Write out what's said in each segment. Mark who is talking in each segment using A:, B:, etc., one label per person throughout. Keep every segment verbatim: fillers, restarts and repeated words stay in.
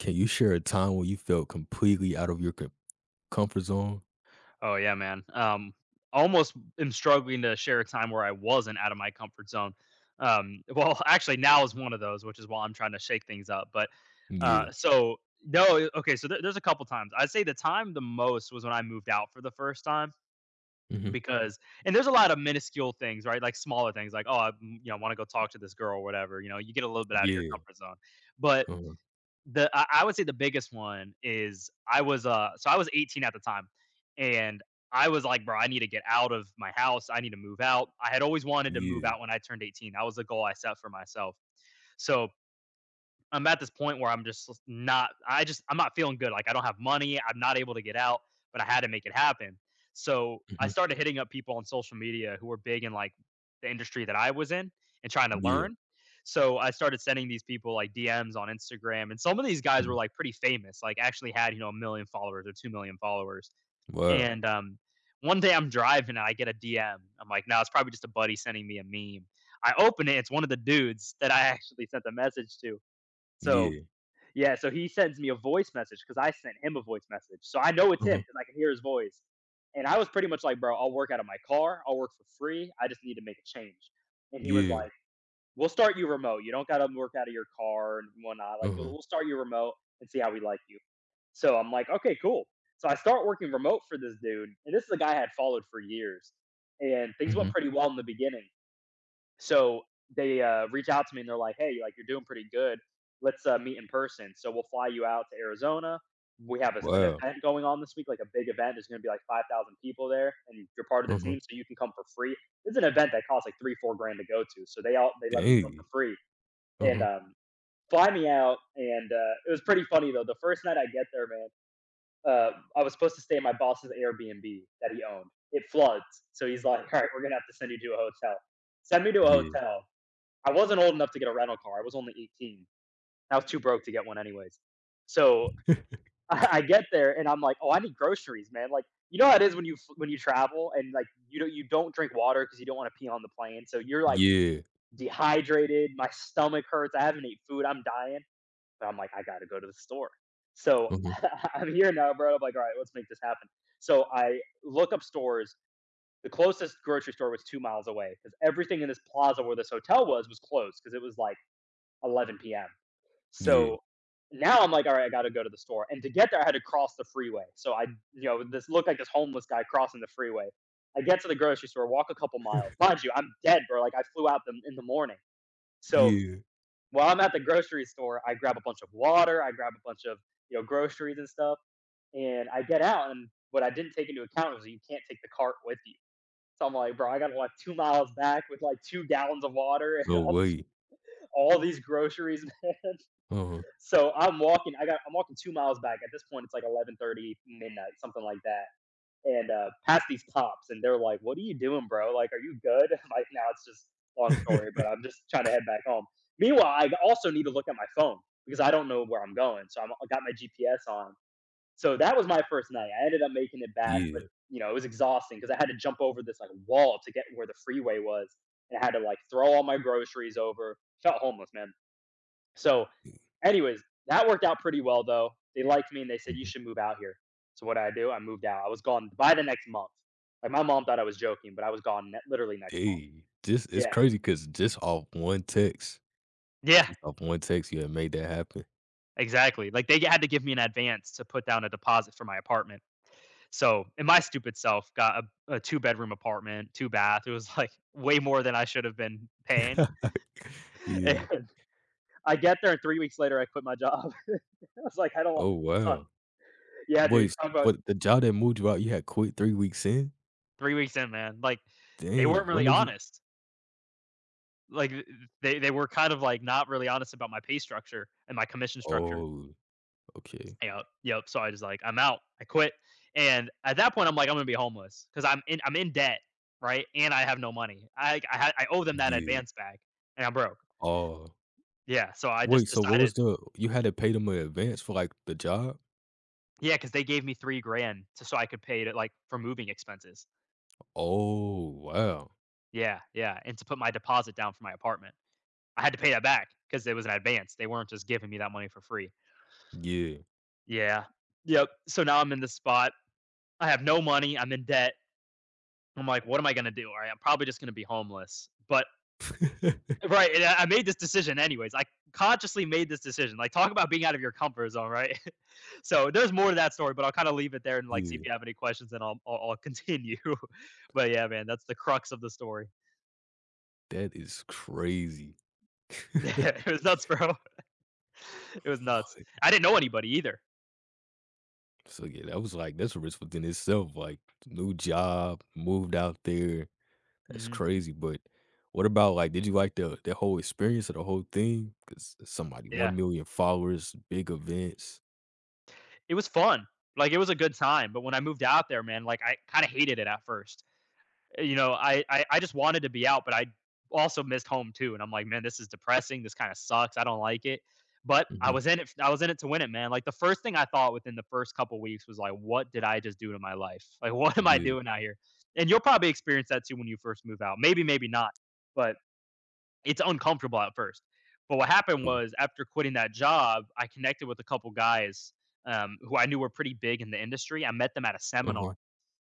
A: Can you share a time when you felt completely out of your co comfort zone?
B: Oh yeah, man. Um, almost am struggling to share a time where I wasn't out of my comfort zone. Um, well, actually, now is one of those, which is why I'm trying to shake things up. But
A: Yeah.
B: uh, so no, okay. So there, there's a couple times. I'd say the time the most was when I moved out for the first time
A: Mhm.
B: because, and there's a lot of minuscule things, right? Like smaller things, like oh, I, mm, you know, want to go talk to this girl or whatever. You know, you get a little bit out of your
A: Yeah.
B: comfort zone, but
A: Uh-huh.
B: the I I would say the biggest one is I was, uh so I was eighteen at the time, and I was like, "Bro, I need to get out of my house. I need to move out." I had always wanted to move
A: Yeah.
B: out when I turned eighteen. That was a goal I set for myself. So I'm at this point where I'm just not I just I'm not feeling good. Like I don't have money, I'm not able to get out, but I had to make it happen. So I
A: Mhm.
B: started hitting up people on social media who were big in like the industry that I was in and trying to
A: Yeah.
B: learn. So I started sending these people like D Ms on Instagram, and some of these guys were
A: Mhm.
B: like pretty famous, like actually had, you know, a million followers or two million followers.
A: Wow.
B: And um one day I'm driving and I get a D M. I'm like, "No, it's probably just a buddy sending me a meme." I open it, it's one of the dudes that I actually sent the message to. So
A: Yeah.
B: yeah, so he sends me a voice message because I sent him a voice message. So I know it's him
A: Uh-huh.
B: because I can hear his voice. And I was pretty much like, bro, I'll work out of my car. I'll work for free. I just need to make a change. And he was
A: Yeah.
B: like, we'll start you remote. You don't got to work out of your car and whatnot. Like,
A: Uh-huh.
B: we'll start you remote and see how we like you. So I'm like, okay, cool. So I start working remote for this dude. And this is a guy I had followed for years. And things
A: Mhm.
B: went pretty well in the beginning. So they uh, reach out to me and they're like, "Hey, like you're doing pretty good. Let's uh, meet in person." So we'll fly you out to Arizona. We have a s an
A: Wow.
B: event going on this week, like a big event. There's going to be like five thousand people there, and you're part of the
A: Uh-huh.
B: team, so you can come for free. It's an event that costs like three, four grand to go to, so they all they let me go
A: Dang.
B: for free and
A: Uh-huh.
B: um, fly me out. And uh, it was pretty funny though. The first night I get there, man, uh, I was supposed to stay in my boss's Airbnb that he owned. It floods, so he's like, "All right, we're gonna have to send you to a hotel." Send me to a
A: Yeah.
B: hotel. I wasn't old enough to get a rental car. I was only eighteen. I was too broke to get one anyways. So I get there and I'm like, oh, I need groceries, man. Like, you know how it is when you when you travel and like you don't you don't drink water because you don't want to pee on the plane. So you're like
A: Yeah.
B: dehydrated. My stomach hurts. I haven't ate food. I'm dying. But I'm like, I gotta go to the store. So
A: Uh-huh.
B: I'm here now, bro. I'm like, all right, let's make this happen. So I look up stores. The closest grocery store was two miles away because everything in this plaza where this hotel was was closed because it was like eleven p m.
A: Yeah.
B: So now I'm like, all right, I got to go to the store. And to get there, I had to cross the freeway. So I, you know, this looked like this homeless guy crossing the freeway. I get to the grocery store, walk a couple miles. Mind you, I'm dead, bro. Like I flew out them in the morning. So
A: Yeah.
B: while I'm at the grocery store, I grab a bunch of water, I grab a bunch of, you know, groceries and stuff. And I get out. And what I didn't take into account was you can't take the cart with you. So I'm like, bro, I got to walk two miles back with like two gallons of water and
A: No
B: all these
A: way.
B: all these groceries, man.
A: Uh-huh.
B: So I'm walking. I got. I'm walking two miles back. At this point, it's like eleven thirty midnight, something like that. And uh, past these cops, and they're like, "What are you doing, bro? Like, are you good?" Like, now it's just long story, but I'm just trying to head back home. Meanwhile, I also need to look at my phone because I don't know where I'm going. So I'm, I got my G P S on. So that was my first night. I ended up making it back,
A: Yeah.
B: but you know it was exhausting because I had to jump over this like wall to get where the freeway was, and I had to like throw all my groceries over. Felt homeless, man. So, anyways, that worked out pretty well though. They liked me and they said you
A: Mhm.
B: should move out here. So what did I do? I moved out. I was gone by the next month. Like my mom thought I was joking, but I was gone ne- literally next month.
A: Dang. Just it's
B: Yeah.
A: crazy because just off one text,
B: Yeah,
A: just off one text, you had made that happen.
B: exactly. Like they had to give me an advance to put down a deposit for my apartment. So, and my stupid self got a, a two bedroom apartment, two bath. It was like way more than I should have been paying.
A: Yeah.
B: And I get there, and three weeks later, I quit my job. I was like, I don't want.
A: Oh,
B: Suck.
A: wow.
B: Yeah, dude.
A: Wait,
B: Talk about
A: what the job that moved you out, you had quit three weeks in?
B: three weeks in, man, like, they
A: Dang,
B: weren't
A: what
B: really
A: made you?
B: honest. Like, they they were kind of, like, not really honest about my pay structure and my commission structure.
A: Oh, okay.
B: Yep, yep, so I just, like, "I'm out. I quit." And at that point, I'm like, "I'm gonna be homeless because 'cause I'm in I'm in debt, right, and I have no money. I I had I owe them that
A: Yeah.
B: advance back, and I'm broke."
A: Oh.
B: Yeah, so I
A: Wait,
B: just
A: so what was
B: decided
A: the you had to pay them in advance for, like, the job?
B: yeah, because they gave me three grand to so I could pay to, like for moving expenses.
A: Oh, wow.
B: Yeah, yeah, and to put my deposit down for my apartment. I had to pay that back because it was an advance. They weren't just giving me that money for free.
A: Yeah.
B: Yeah. Yep. So now I'm in this spot. I have no money. I'm in debt. I'm like, what am I gonna do? All right, I'm probably just gonna be homeless. But right, and I I made this decision anyways. I consciously made this decision. Like, talk about being out of your comfort zone, right? So there's more to that story, but I'll kind of leave it there and like see if
A: Yeah,
B: you have any questions, and I'll I'll, I'll continue. But yeah, man, that's the crux of the story.
A: that is crazy.
B: It was nuts, bro. It was nuts.
A: What?
B: I didn't know anybody either.
A: So, yeah, that was, like, that's a risk within itself, like, new job, moved out there. That's
B: Hmm.
A: crazy, but what about, like, did you like the the whole experience of the whole thing? Cause somebody
B: Yeah.
A: one million followers, big events.
B: It was fun. Like it was a good time. But when I moved out there, man, like I kind of hated it at first. Eh, you know, I, I I just wanted to be out, but I also missed home too. And I'm like, man, this is depressing. This kind of sucks. I don't like it. But I
A: Mhm.
B: was in it. I was in it to win it, man. Like the first thing I thought within the first couple weeks was like, what did I just do to my life? Like, what am I
A: Yeah,
B: doing out here? And you'll probably experience that too when you first move out. Maybe, maybe not. But it's uncomfortable at first. But what happened
A: true.
B: was after quitting that job, I connected with a couple guys um, who I knew were pretty big in the industry. I met them at a seminar.
A: Uh-huh.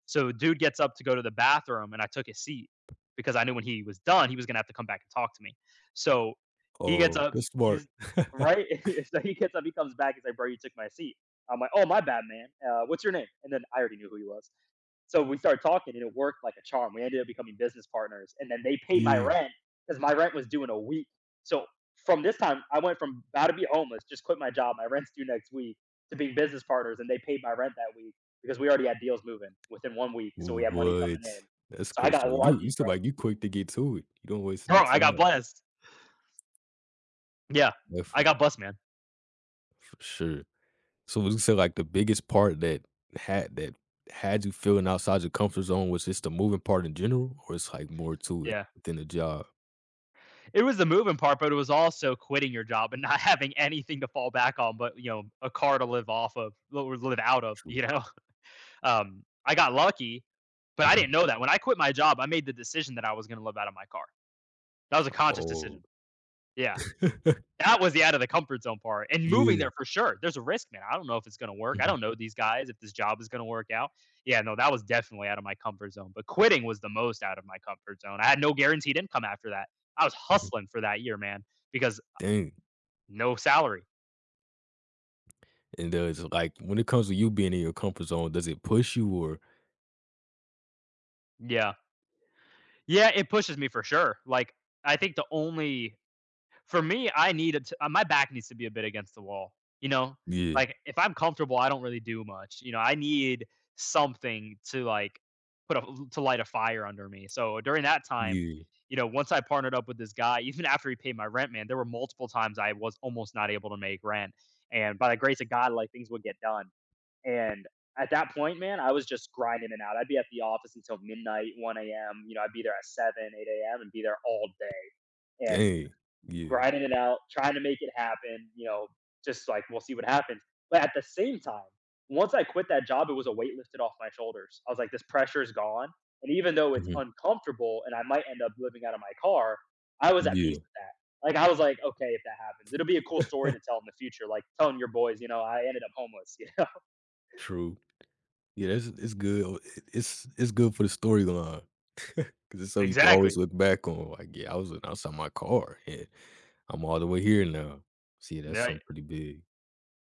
B: So dude gets up to go to the bathroom, and I took his seat because I knew when he was done, he was gonna have to come back and talk to me. So he gets
A: Oh,
B: up,
A: that's smart.
B: he's right. So he gets up, he comes back, he's like, "Bro, you took my seat." I'm like, "Oh, my bad, man. Uh, what's your name?" And then I already knew who he was. So we started talking, and it worked like a charm. We ended up becoming business partners, and then they paid my
A: Yeah.
B: rent because my rent was due in a week. So from this time, I went from about to be homeless, just quit my job, my rent's due next week, to being business partners, and they paid my rent that week because we already had deals moving within one week, so we had money
A: What?
B: coming in.
A: That's
B: So I
A: cra
B: got
A: So you you
B: lucky, bro.
A: somebody you quick to get to it. You don't waste
B: Bro,
A: any
B: I got
A: time.
B: blessed. Yeah, I
A: Definitely,
B: got blessed, man.
A: for sure. So would you say, like, the biggest part that had that had you feeling outside your comfort zone was just the moving part in general, or it's, like, more to it
B: Yeah,
A: than the job?
B: it was the moving part, but it was also quitting your job and not having anything to fall back on, but you know, a car to live off of or live out of.
A: True.
B: You know. Um, I got lucky, but I
A: Mhm.
B: didn't know that. When I quit my job, I made the decision that I was gonna live out of my car. That was a conscious
A: Oh.
B: decision. Yeah. That was the out of the comfort zone part and moving
A: Yeah.
B: there for sure. There's a risk, man. I don't know if it's gonna work. I
A: Mhm,
B: don't know these guys, if this job is gonna work out. Yeah, no, that was definitely out of my comfort zone. But quitting was the most out of my comfort zone. I had no guaranteed income after that. I was
A: mhm.
B: hustling for that year, man, because
A: Dang.
B: no salary.
A: And does, like, when it comes to you being in your comfort zone, does it push you or?
B: Yeah. Yeah, it pushes me for sure. Like, I think the only For me, I need it to uh, my back needs to be a bit against the wall, you know?
A: Yeah,
B: Like, if I'm comfortable, I don't really do much, you know? I need something to, like, put a to light a fire under me, so during that time,
A: yeah.
B: you know, once I partnered up with this guy, even after he paid my rent, man, there were multiple times I was almost not able to make rent, and by the grace of God, like, things would get done, and at that point, man, I was just grinding it out. I'd be at the office until midnight, one a m, you know, I'd be there at seven, eight a m, and be there all day, and
A: Dang. Yeah.
B: grinding it out, trying to make it happen, you know, just like we'll see what happens. But at the same time, once I quit that job, it was a weight lifted off my shoulders. I was like, this pressure is gone. And even though it's
A: Mhm.
B: uncomfortable and I might end up living out of my car, I was at peace
A: Yeah.
B: with that. Like I was like, okay, if that happens, it'll be a cool story to tell in the future. Like telling your boys, you know, I ended up homeless. You know,
A: True. Yeah, that's it's good. Oh, it it's it's good for the storyline because it's something you can always
B: Exactly.
A: look back on, like, "Yeah, I was sitting outside my car, and I'm all the way here now." See, that's
B: Yeah,
A: something pretty big.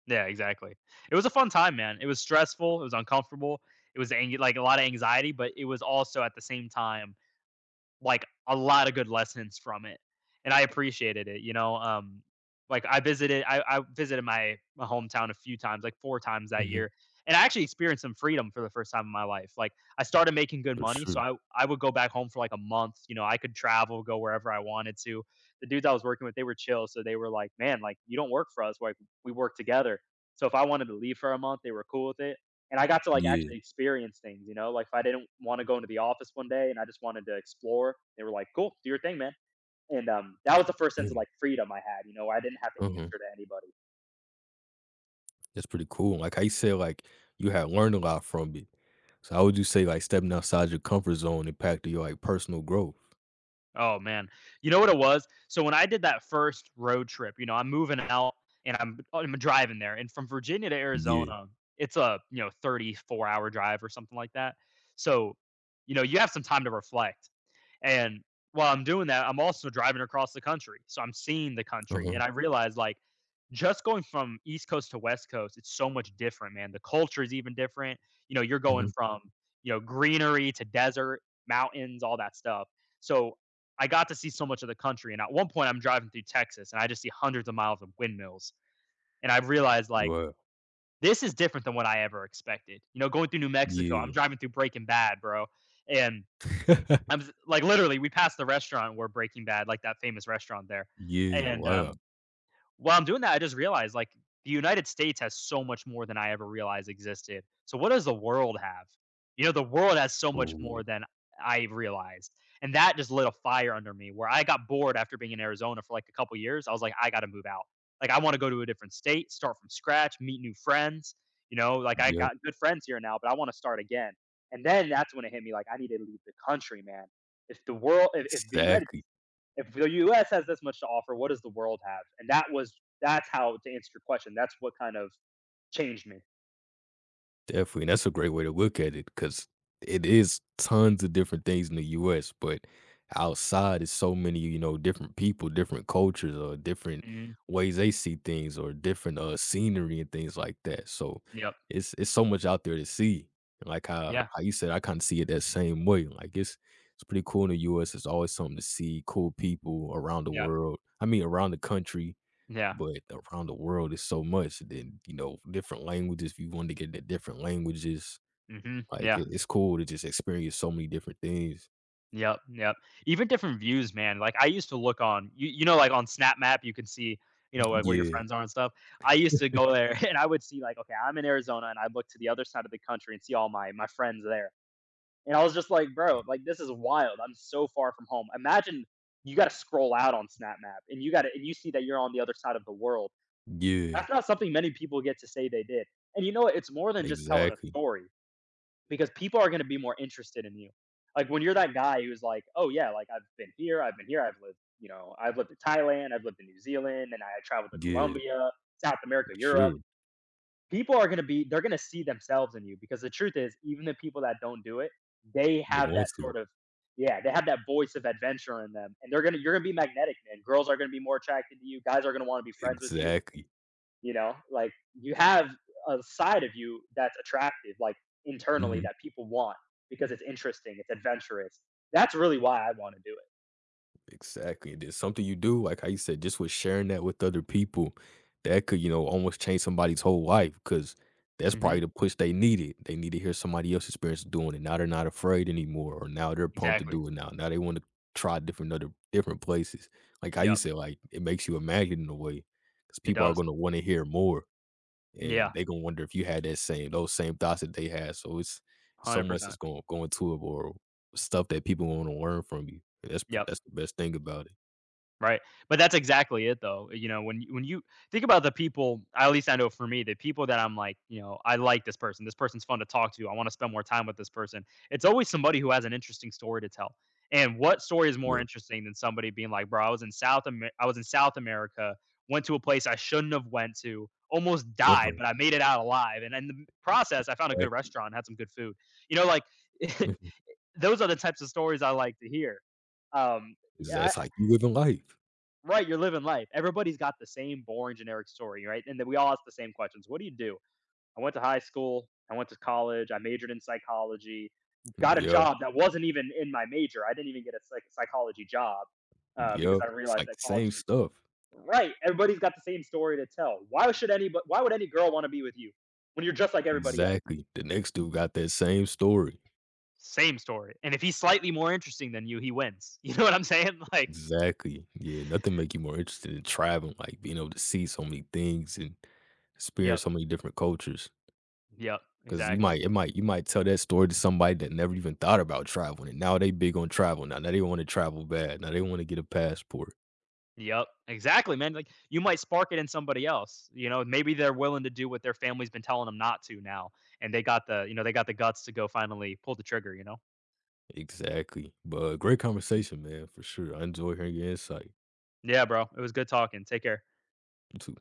B: yeah, exactly. It was a fun time, man. It was stressful. It was uncomfortable. It was ang- like a lot of anxiety, but it was also at the same time like, a lot of good lessons from it, and I appreciated it, you know, um, like, I visited I I visited my my hometown a few times, like, four times that
A: Mhm.
B: year, and I actually experienced some freedom for the first time in my life, like, I started making good
A: For
B: money,
A: sure.
B: so I I would go back home for, like, a month, you know, I could travel, go wherever I wanted to. The dudes I was working with, they were chill, so they were like, "Man, like, you don't work for us, like, we work together." So if I wanted to leave for a month, they were cool with it. And I got to, like,
A: Yeah.
B: actually experience things, you know, like, if I didn't wanna go into the office one day and I just wanted to explore, they were like, "Cool, do your thing, man." And, um, that was the first sense of,
A: Dang.
B: like, freedom I had, you know, where I didn't have to
A: Mhm.
B: answer to anybody.
A: That's pretty cool. Like I said, like, you had learned a lot from it. So how would you say, like, stepping outside your comfort zone impacted your, like, personal growth?
B: Oh, man. You know what it was? So when I did that first road trip, you know, I'm moving out and I'm I'm driving there, and from Virginia to
A: Yeah.
B: Arizona, it's a, you know, thirty-four hour drive or something like that. So, you know, you have some time to reflect. And while I'm doing that, I'm also driving across the country. So I'm seeing the country
A: Uh-huh.
B: and I realized like just going from East Coast to West Coast, it's so much different, man. The culture is even different. You know, you're going
A: Mhm.
B: from, you know, greenery to desert, mountains, all that stuff. So I got to see so much of the country. And at one point I'm driving through Texas and I just see hundreds of miles of windmills. And I realized like
A: Wow.
B: this is different than what I ever expected. You know, going through New Mexico, I'm
A: Yeah.
B: driving through Breaking Bad, bro. And I'm like, literally, we passed the restaurant where Breaking Bad like, that famous restaurant there,
A: Yeah.
B: and,
A: Wow.
B: um, while I'm doing that, I just realized like the United States has so much more than I ever realized existed. So what does the world have? You know, the world has so much
A: Ooh.
B: more than I realized. And that just lit a fire under me where I got bored after being in Arizona for like a couple years. I was like, I got to move out. Like, I want to go to a different state, start from scratch, meet new friends. You know, like I
A: Yep.
B: got good friends here now, but I want to start again. And then that's when it hit me like, I need to leave the country, man. If the world, if, if the United
A: Exactly.
B: if the U S has this much to offer, what does the world have? And that was that's how to answer your question. That's what kind of changed me.
A: Definitely, and that's a great way to look at it because it is tons of different things in the U S, but outside is so many, you know, different people, different cultures, or different
B: Mhm.
A: ways they see things, or different uh scenery and things like that. So
B: Yep.
A: it's it's so much out there to see. And like how
B: Yeah.
A: how you said, I kind of see it that same way. Like it's it's pretty cool in the U S. It's always something to see, cool people around the
B: Yep.
A: world. I mean, around the country,
B: Yeah.
A: but around the world, is so much. Then, you know, different languages, if you want to get into different languages,
B: Mhm.
A: like,
B: Yeah.
A: it it's cool to just experience so many different things.
B: Yep. Yep. Even different views, man. Like I used to look on you you know, like on Snap Map, you can see, you know, like where your
A: Yeah,
B: friends are and stuff. I used to go there and I would see like, okay, I'm in Arizona and I look to the other side of the country and see all my my friends there. And I was just like, bro, like this is wild. I'm so far from home. Imagine you got to scroll out on Snap Map and you got to and you see that you're on the other side of the world.
A: yeah,
B: That's not something many people get to say they did. And you know what? It's more than just telling a
A: exactly.
B: story because people are going to be more interested in you. Like when you're that guy who's like, oh yeah, like I've been here, I've been here, I've lived, you know, I've lived in Thailand, I've lived in New Zealand, and I traveled to
A: Yeah,
B: Colombia, South America,
A: for sure.
B: Europe, people are going to be they're going to see themselves in you because the truth is even the people that don't do it, they
A: They
B: have that
A: want to.
B: sort of, yeah, they have that voice of adventure in them and they're going to you're going to be magnetic, man. Girls are going to be more attracted to you, guys are going to want to be friends with you,
A: Exactly.
B: you know, like you have a side of you that's attractive, like internally,
A: Mhm.
B: that people want because it's interesting, it's adventurous. That's really why I want to do
A: Exactly. And then something you do, like how you said, just with sharing that with other people, that could, you know, almost change somebody's whole life because
B: it.
A: that's
B: Hmm.
A: probably the push they needed. They need to hear somebody else's experience doing it. Now they're not afraid anymore, or now they're pumped to
B: Exactly.
A: do it now. Now they want to try different other different places. Like how you
B: Yep.
A: said, like, it makes you imagine in a way because
B: It
A: people are
B: does.
A: going to want to hear more. And
B: Yeah.
A: they gonna wonder if you had that same those same thoughts that they had, so it's so
B: Hundred
A: much that's
B: percent.
A: gonna going to it or stuff that people wanna learn from you, and that's pr
B: Yep.
A: that's the best thing about it.
B: Right, but that's exactly it though, you know, when you when you think about the people, at least I know for me, the people that I'm like, you know, "I like this person. This person's fun to talk to. I wanna spend more time with this person." It's always somebody who has an interesting story to tell, and what story is more
A: Yeah.
B: interesting than somebody being like, "Bro, I was in South Ame I was in South America, went to a place I shouldn't have went to, almost died,
A: Uh-huh.
B: but I made it out alive, and in the process, I found a
A: Right.
B: good restaurant, had some good food." You know, like,
A: Mhm.
B: those are the types of stories I like to hear. Um,
A: Exact mm-hmm.
B: yeah
A: It's like you living life.
B: Right, you're living life. Everybody's got the same boring generic story, right? And then we all ask the same questions. What do you do? I went to high school, I went to college, I majored in psychology, got a
A: Yeah.
B: job that wasn't even in my major. I didn't even get a psych- psychology job uh, because
A: Yep.
B: I
A: It's
B: realized
A: like
B: that
A: the
B: college.
A: same stuff.
B: Right, everybody's got the same story to tell. Why should anybody? Why would any girl want to be with you when you're just like everybody else?
A: Exactly. The next dude got that same story.
B: Same story. And if he's slightly more interesting than you, he wins. You know what I'm saying? Like,
A: Exactly. Yeah, nothing make you more interested in traveling, like being able to see so many things and experience
B: yep,
A: so many different cultures.
B: yep,
A: 'Cause you might
B: exactly.
A: it might you might tell that story to somebody that never even thought about traveling, and now they big on travel now. Now they wanna travel bad. Now they wanna get a passport.
B: Yep, exactly, man. Like you might spark it in somebody else. You know, maybe they're willing to do what their family's been telling them not to now, and they got the you know they got the guts to go finally pull the trigger. You know.
A: Exactly. But great conversation, man, for sure. I enjoy hearing your insight.
B: Yeah, bro. It was good talking. Take care.
A: You too.